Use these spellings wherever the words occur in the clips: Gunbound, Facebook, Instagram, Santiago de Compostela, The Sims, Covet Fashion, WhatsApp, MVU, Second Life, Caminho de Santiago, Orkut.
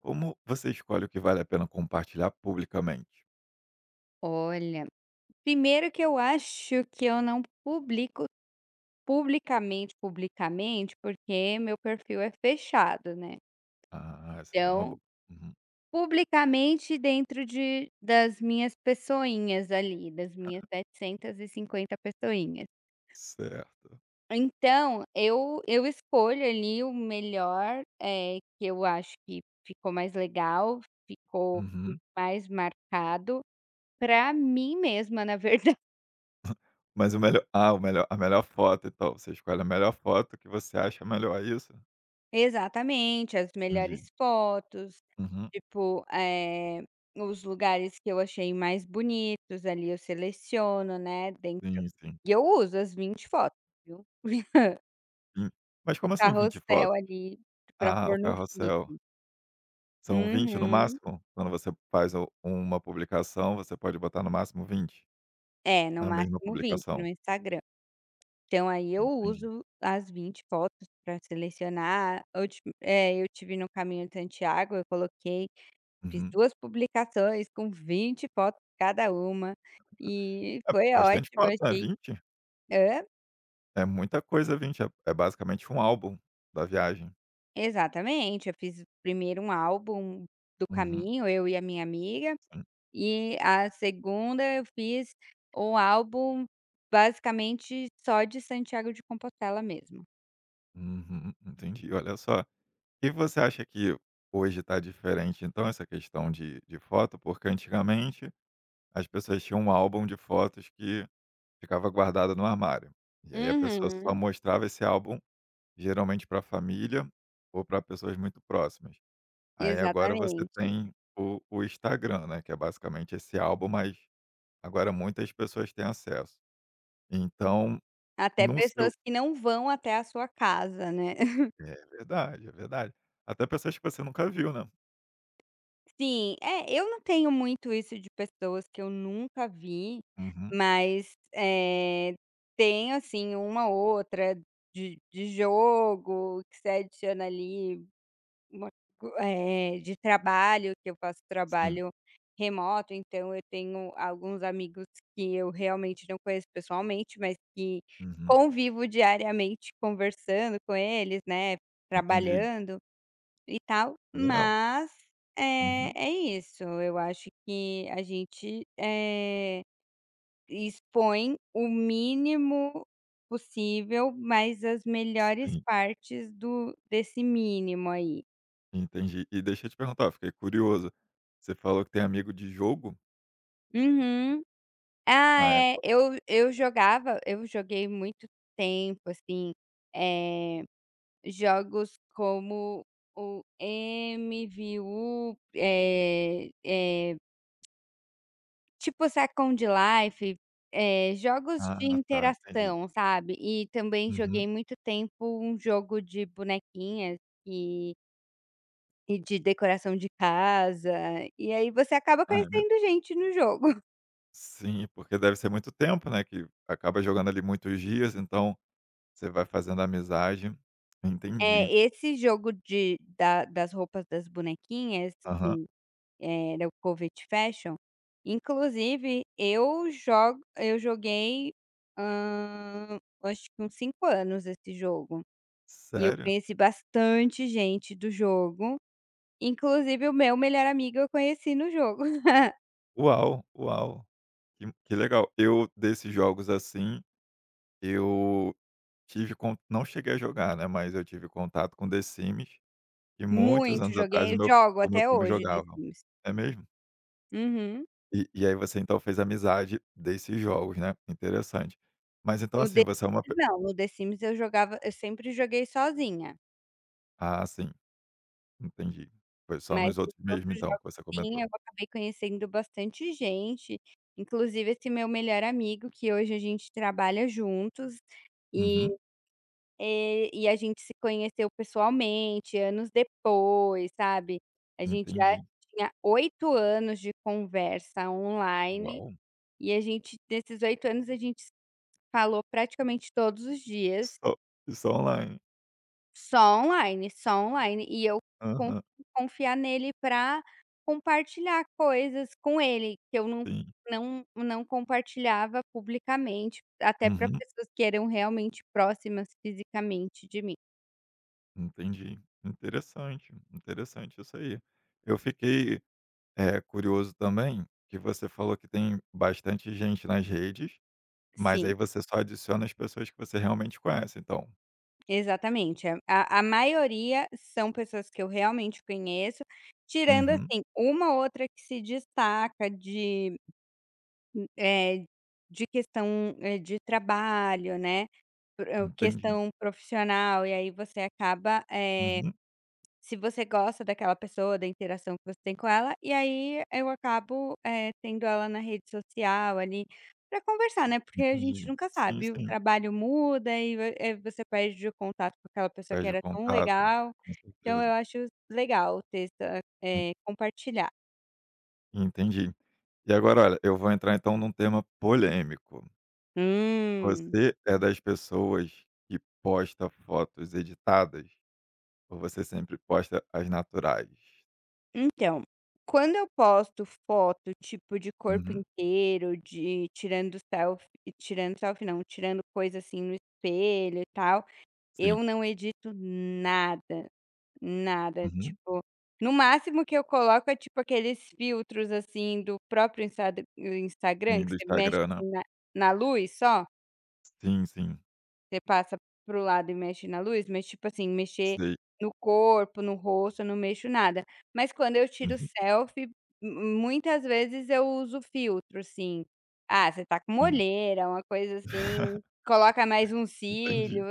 Como você escolhe o que vale a pena compartilhar publicamente? Olha, primeiro que eu acho que eu não publico publicamente, publicamente, porque meu perfil é fechado, né. Ah, essa já é uma Então, boa. Uhum. publicamente dentro de das minhas pessoinhas ali, das minhas 750 pessoinhas. Certo. Então, eu escolho ali o melhor, que eu acho que ficou mais legal, ficou Uhum. mais marcado para mim mesma, na verdade. Mas o melhor o melhor a melhor foto e tal, você escolhe a melhor foto que você acha melhor, é isso? Exatamente, as Entendi. melhores fotos, Uhum. tipo, os lugares que eu achei mais bonitos ali eu seleciono, né, dentro Sim, sim. e eu uso as 20 fotos, viu, Vin mas do como assim 20 carrossel fotos? ali pra Ah, o pôr no feed. carrossel. São 20 no Uhum. máximo? Quando você faz o uma publicação, você pode botar no máximo 20 É, no na mesma máximo 20 no publicação? Instagram. Então aí eu Entendi. uso as 20 fotos pra selecionar. Eu estive no Caminho de Santiago, eu coloquei. Fiz Uhum. 2 publicações com 20 fotos cada uma, e É foi bastante ótimo, foto, né, achei. 20? Hã? É muita coisa, 20 é basicamente um álbum da viagem. Exatamente, eu fiz primeiro um álbum do Uhum, caminho, eu e a minha amiga, sim. e a segunda eu fiz um álbum basicamente só de Santiago de Compostela mesmo. Uhum, entendi, olha só. E você acha que hoje está diferente, então, essa questão de foto? Porque antigamente as pessoas tinham um álbum de fotos que ficava guardado no armário, e aí a pessoa só Uhum. mostrava esse álbum, geralmente para a família ou para pessoas muito próximas. Aí agora você Exatamente. tem o Instagram, né, que é basicamente esse álbum, mas agora muitas pessoas têm acesso. Então. Até No seu, pessoas que não vão até a sua casa, né. é verdade, é verdade. Até pessoas que você nunca viu, né. Sim, é, eu não tenho muito isso de pessoas que eu nunca vi, Uhum, mas, tem, assim, uma outra de jogo que você adiciona ali, uma de trabalho, que eu faço sim. trabalho remoto, então eu tenho alguns amigos que eu realmente não conheço pessoalmente, mas que Uhum, convivo diariamente conversando com eles, né, entendi. trabalhando. E tal, Legal. mas, é Uhum, é isso, eu acho que a gente, expõe o mínimo possível, mas as melhores sim, partes do desse mínimo aí. entendi. E deixa eu te perguntar, eu fiquei curioso, você falou que tem amigo de jogo? Uhum. Ah, Ah, é é, po eu joguei muito tempo, assim, eh, jogos como o MVU, tipo Second Life, jogos de ah, tá, entendi. interação, sabe. E também Uhum. joguei muito tempo um jogo de bonequinhas e e de decoração de casa, e aí você acaba Ah, é mesmo? conhecendo gente no jogo. Sim, porque deve ser muito tempo, né, que acaba jogando ali muitos dias, então você vai fazendo amizade. Entendi. Esse jogo de da das roupas das bonequinhas, Aham. que era o Covet Fashion, inclusive eu joguei, acho que uns 5 anos esse jogo. E eu Sério? conheci bastante gente do jogo, inclusive o meu melhor amigo eu conheci no jogo. Uau, uau, que legal. Eu desses jogos assim Eu tive con não cheguei a jogar, né, mas eu tive contato com The Sims, e muitos Muito, anos atrás joguei jogo o meu até primo hoje The jogava. Sims. É mesmo? Uhum. E aí você então fez amizade desses jogos, né, interessante. Mas então No assim, The você é uma Sims pe não, no The Sims eu sempre joguei sozinha, ah sim, entendi. Foi só mas nos nos outros mesmo outros então que jogos você sim, eu comentou. acabei conhecendo bastante gente, inclusive esse meu melhor amigo que hoje a gente trabalha juntos, e. Uhum, E a gente se conheceu pessoalmente anos depois, sabe. A gente já entendi. tinha 8 anos de conversa online, Uau! e a gente nesses 8 anos a gente se falou praticamente todos os dias, Só só online. Só online, e eu Aham, consegui confiar nele para compartilhar coisas com ele, que eu não sim. não não compartilhava publicamente, até para Uhum, pessoas que eram realmente próximas fisicamente de mim. entendi. Interessante, interessante isso aí. Eu fiquei curioso também, que você falou que tem bastante gente nas redes, mas Sim. aí você só adiciona as pessoas que você realmente conhece, então. Exatamente. A maioria são pessoas que eu realmente conheço, tirando, Uhum, assim, uma outra que se destaca eh, de questão, de trabalho, né, entendi. questão profissional, e aí você acaba, Uhum, se você gosta daquela pessoa, da interação que você tem com ela, e aí eu acabo, tendo ela na rede social ali, para conversar, né, porque a gente entendi. nunca Sim, sabe, o sim. trabalho muda e você perde o contato com aquela pessoa que Perde o era tão contato, legal, com então certeza. eu acho legal ter essa En compartilhar. entendi. E agora olha, eu vou entrar então num tema polêmico. Hum, Você é das pessoas que posta fotos editadas? Ou você sempre posta as naturais? então, quando eu posto foto, tipo, de corpo Uhum, inteiro, de tirando selfie, tirando selfie não, tirando coisa assim no espelho e tal. sim. Eu não edito nada, nada, Uhum, tipo, no máximo que eu coloco é tipo aqueles filtros, assim, do próprio Instad Instagram sim, que do você mexe Instagram, né. assim na luz só, Sim, sim. você passa pro lado e mexe na luz, mas tipo assim, mexer Sei. no corpo, no rosto, eu não mexo nada. Mas quando eu tiro Uhum. selfie, mu muitas vezes eu uso filtro, assim, ah, você tá com uma Sim. olheira, uma coisa assim, coloca mais um cílio. Entendi,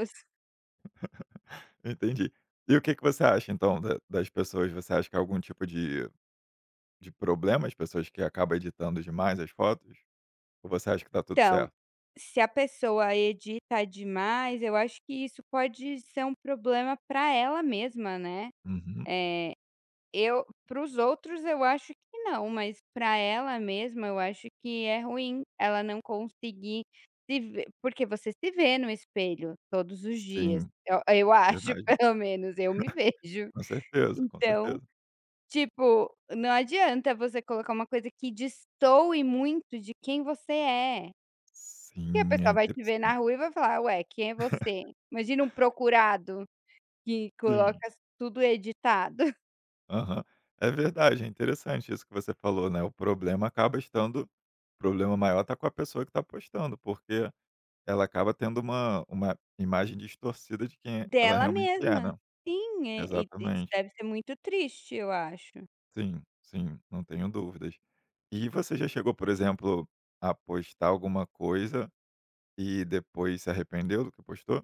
entendi. E o que que você acha então da das pessoas? Você acha que é algum tipo de problema as pessoas que acabam editando demais as fotos? Ou você acha que tá tudo Então, certo? se a pessoa edita demais, eu acho que isso pode ser um problema para ela mesma, né. Uhum. Eu para os outros eu acho que não, mas para ela mesma eu acho que é ruim ela não conseguir se ver porque você se vê no espelho todos os dias, Sim, eu acho verdade. pelo menos, eu me vejo. Com certeza, com Então, certeza. tipo, não adianta você colocar uma coisa que destoe muito de quem você é. Que a Sim, é pessoa vai te ver na interessante. rua e vai falar: "Ué, quem é você?". Imagina um procurado que coloca Sim. tudo editado. Aham. É verdade, é interessante isso que você falou, né, o problema acaba estando o problema maior tá com a pessoa que tá postando, porque ela acaba tendo uma imagem distorcida de quem ela Dela realmente é, mesma. né. Sim, e isso Exatamente. deve ser muito triste, eu acho. Sim, sim, não tenho dúvidas. E você já chegou, por exemplo, a postar alguma coisa e depois se arrependeu do que postou?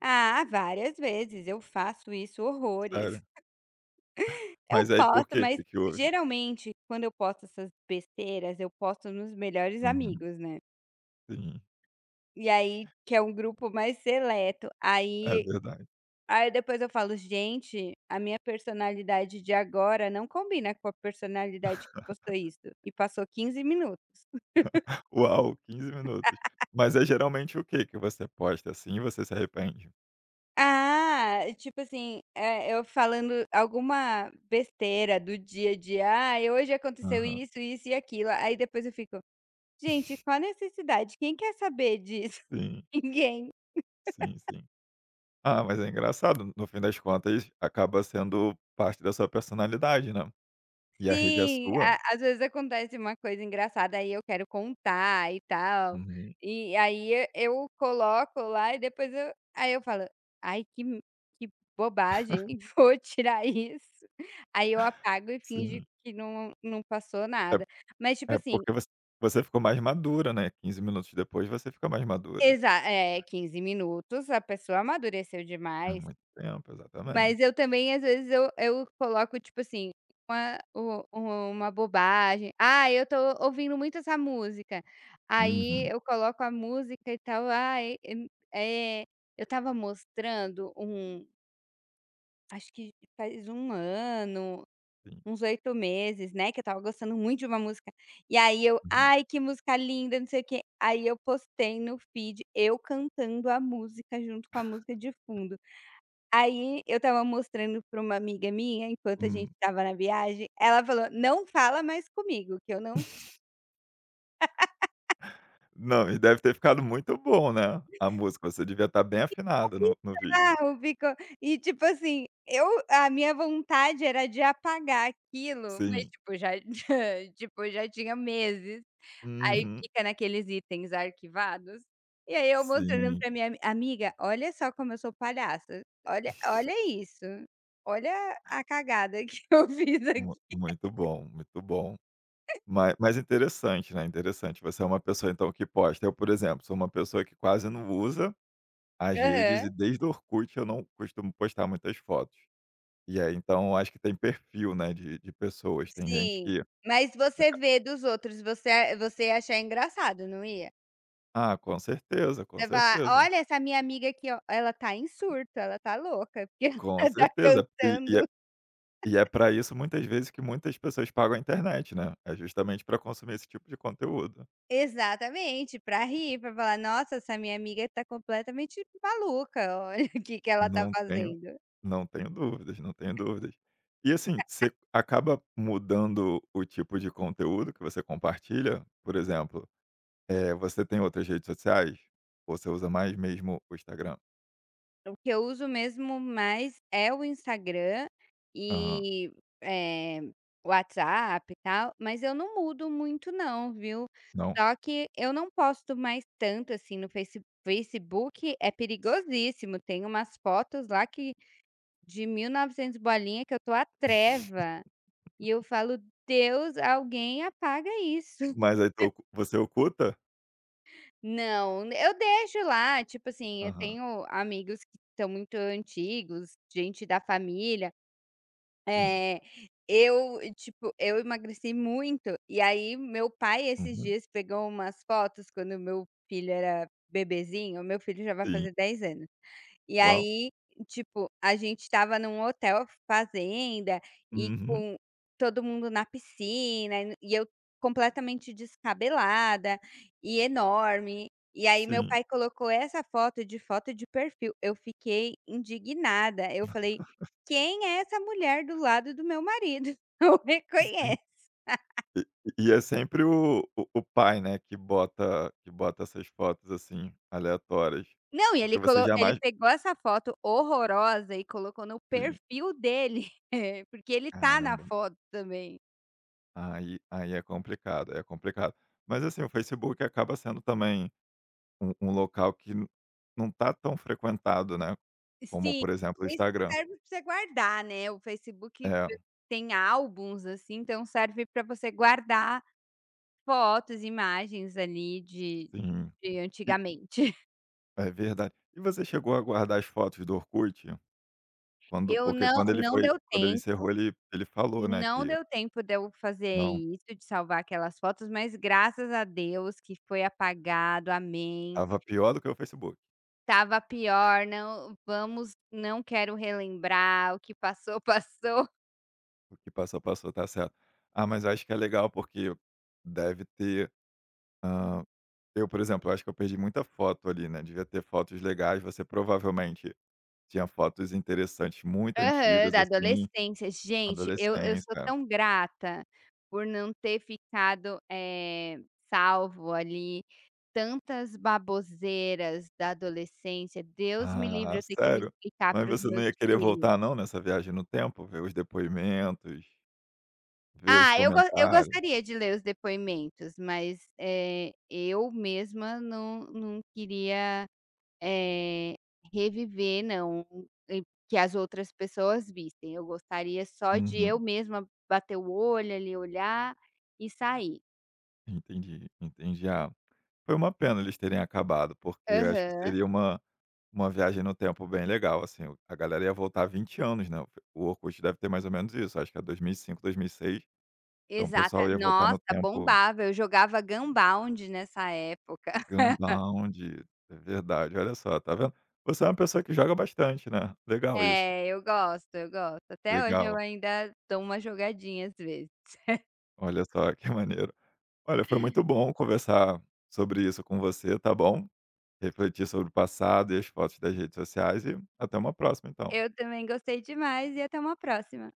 Ah, várias vezes eu faço isso horrores. Sério? Eu Mas aí por posto, quê? O mas Que que houve? geralmente quando eu posto essas besteiras, eu posto nos melhores Uhum, amigos, né. sim, E aí que é um grupo mais seleto, é aí verdade. Aí depois eu falo: "Gente, a minha personalidade de agora não combina com a personalidade que postou isso", e passou 15 minutos. Uau, 15 minutos. Mas é geralmente o que que você posta assim e você se arrepende? Ah, tipo assim, eu falando alguma besteira do dia a dia: "Ai, hoje aconteceu Aham. isso, isso e aquilo", aí depois eu fico: "Gente, qual a necessidade? Quem quer saber disso? Sim, Ninguém". sim, sim. Ah, mas é engraçado, no fim das contas, acaba sendo parte da sua personalidade, né. E a rede é Sim, sua. a às vezes acontece uma coisa engraçada, aí eu quero contar e tal, Uhum. e aí eu coloco lá e depois eu aí eu falo: "Ai que m que bobagem, vou tirar isso". Aí eu apago e finge Sim. que não passou É nada. Mas tipo é assim. porque você ficou mais madura, né, 15 minutos depois você fica mais madura. Exa É, 15 minutos, a pessoa amadureceu É demais. muito tempo, Mas exatamente. eu também, às vezes, eu coloco, tipo assim, uma u uma bobagem. "Ah, eu tô ouvindo muito essa música". Aí Uhum, eu coloco a música e tal. "Ai, é- eu estava mostrando um acho que faz um ano, sim. uns 8 meses, né, que eu estava gostando muito de uma música". E aí eu: Uhum. "Ai, que música linda, não sei o quê". Aí eu postei no feed eu cantando a música junto com a música de fundo. Aí eu estava mostrando pra uma amiga minha, enquanto a gente Hum. estava na viagem, ela falou: "Não fala mais comigo, que eu não sei". Não, e deve ter ficado muito bom, né, a música, você devia estar bem afinada no vídeo. Bizarro, ficou, e tipo assim, eu a minha vontade era de apagar aquilo, mas Sim. tipo já tipo já tinha meses, aí Uhum. fica naqueles itens arquivados, e aí eu mostrando Sim. pra minha "Amiga, olha só como eu sou palhaça, olha olha isso, olha a cagada que eu fiz Mu aqui". muito bom, muito bom. Ma mas interessante, né, interessante. Você é uma pessoa então que posta. Eu, por exemplo, sou uma pessoa que quase não usa as redes Aham. e desde o Orkut eu não costumo postar muitas fotos. E aí então acho que tem perfil, né, de pessoas. Tem gente Sim, que mas você aca vê dos outros, você ia achar engraçado, não ia? ah, com certeza, com Você falar: certeza, "Olha essa minha amiga aqui, ó, ela tá em surto, ela tá louca, porque com ela tá certeza. Cantando". E é pra isso muitas vezes que muitas pessoas pagam a internet, né, é justamente para consumir esse tipo de conteúdo. Exatamente, pra rir, pra falar: "Nossa, essa minha amiga tá completamente maluca, olha o que que ela tá Não tenho fazendo". Dúvidas, não tenho dúvidas. E assim, você acaba mudando o tipo de conteúdo que você compartilha? Por exemplo, você tem outras redes sociais? Ou você usa mais mesmo o Instagram? O que eu uso mesmo mais é o Instagram Aham. e, eh, WhatsApp e tal, mas eu não mudo muito não, viu. Não? Só que eu não posto mais tanto, assim, no Facebook é perigosíssimo, tem umas fotos lá que de 1900 bolinha que eu tô à treva, e eu falo: "Deus, alguém apaga isso". Mas aí tu ocu você oculta? Não, eu deixo lá, tipo assim, eu Aham. tenho amigos que são muito antigos, gente da família. Sim. É, eu, tipo, eu emagreci muito, e aí meu pai esses Uhum. dias pegou umas fotos quando meu filho era bebezinho, meu filho já vai Sim. fazer 10 anos. E Uau. aí, tipo, a gente estava num hotel fazenda e Uhum. com todo mundo na piscina e eu completamente descabelada e enorme. E aí meu Sim, pai colocou essa foto de perfil. Eu fiquei indignada. Eu falei: "Quem é essa mulher do lado do meu marido? Não sim. reconheço". E é sempre o pai, né, que bota essas fotos, assim, aleatórias. Não, e Porque você ele jamais pegou essa foto horrorosa e colocou no sim. perfil dele, porque ele tá na Caramba, foto também. Aí é complicado, aí é complicado. Mas assim, o Facebook acaba sendo também um local que n não tá tão frequentado, né, como, Sim, por exemplo, o é isso Instagram. serve para você guardar, né, o Facebook É, tem álbuns, assim, então serve para você guardar fotos, imagens ali sim. de E antigamente. é verdade. E você chegou a guardar as fotos do Orkut? Quando Eu porque quando ele não foi deu quando ele tempo, encerrou, ele falou, né, não que: deu tempo de eu fazer "Não, isso, de salvar aquelas fotos, mas graças a Deus que foi apagado, amém. estava pior do que o Facebook. Tava pior, não quero relembrar, o que passou, passou. O que passou, passou, tá certo". Ah, mas eu acho que é legal porque deve ter, eu, por exemplo, acho que eu perdi muita foto ali, né, devia ter fotos legais, você provavelmente tinha fotos interessantes muito Aham, antigas, da assim, adolescência. Gente, eu adolescência. sou É. tão grata por não ter ficado, salvo ali tantas baboseiras da adolescência. Deus me livre Ah, eu ter que me sério? explicar Mas para os você não meus ia querer filhos. voltar não nessa viagem no tempo? Ver os depoimentos, ver os Ah, eu comentários? gostaria de ler os depoimentos, mas, eu mesma não queria. Eh, Reviver não, e que as outras pessoas vissem, eu gostaria só de eu Uhum. mesma bater o olho ali, olhar e sair. Entendi, entendi. Ah, foi uma pena eles terem acabado, porque eu acho que Aham, seria uma viagem no tempo bem legal, assim, a galera ia voltar 20 anos, né, o Orkut deve ter mais ou menos isso, acho que é dois mil e cinco, 2006. Então o exata. pessoal ia voltar Nossa, no tempo bombava, eu jogava Gunbound nessa época. Gunbound. É verdade, olha só, tá vendo? Você é uma pessoa que joga bastante, né. Legal isso, É, eu gosto, eu gosto. Até hoje eu legal. ainda dou uma jogadinha às vezes. Olha só, que maneiro. Olha, foi muito bom conversar sobre isso com você, tá bom? Refletir sobre o passado e as fotos das redes sociais e até uma próxima então. Eu também gostei demais e até uma próxima.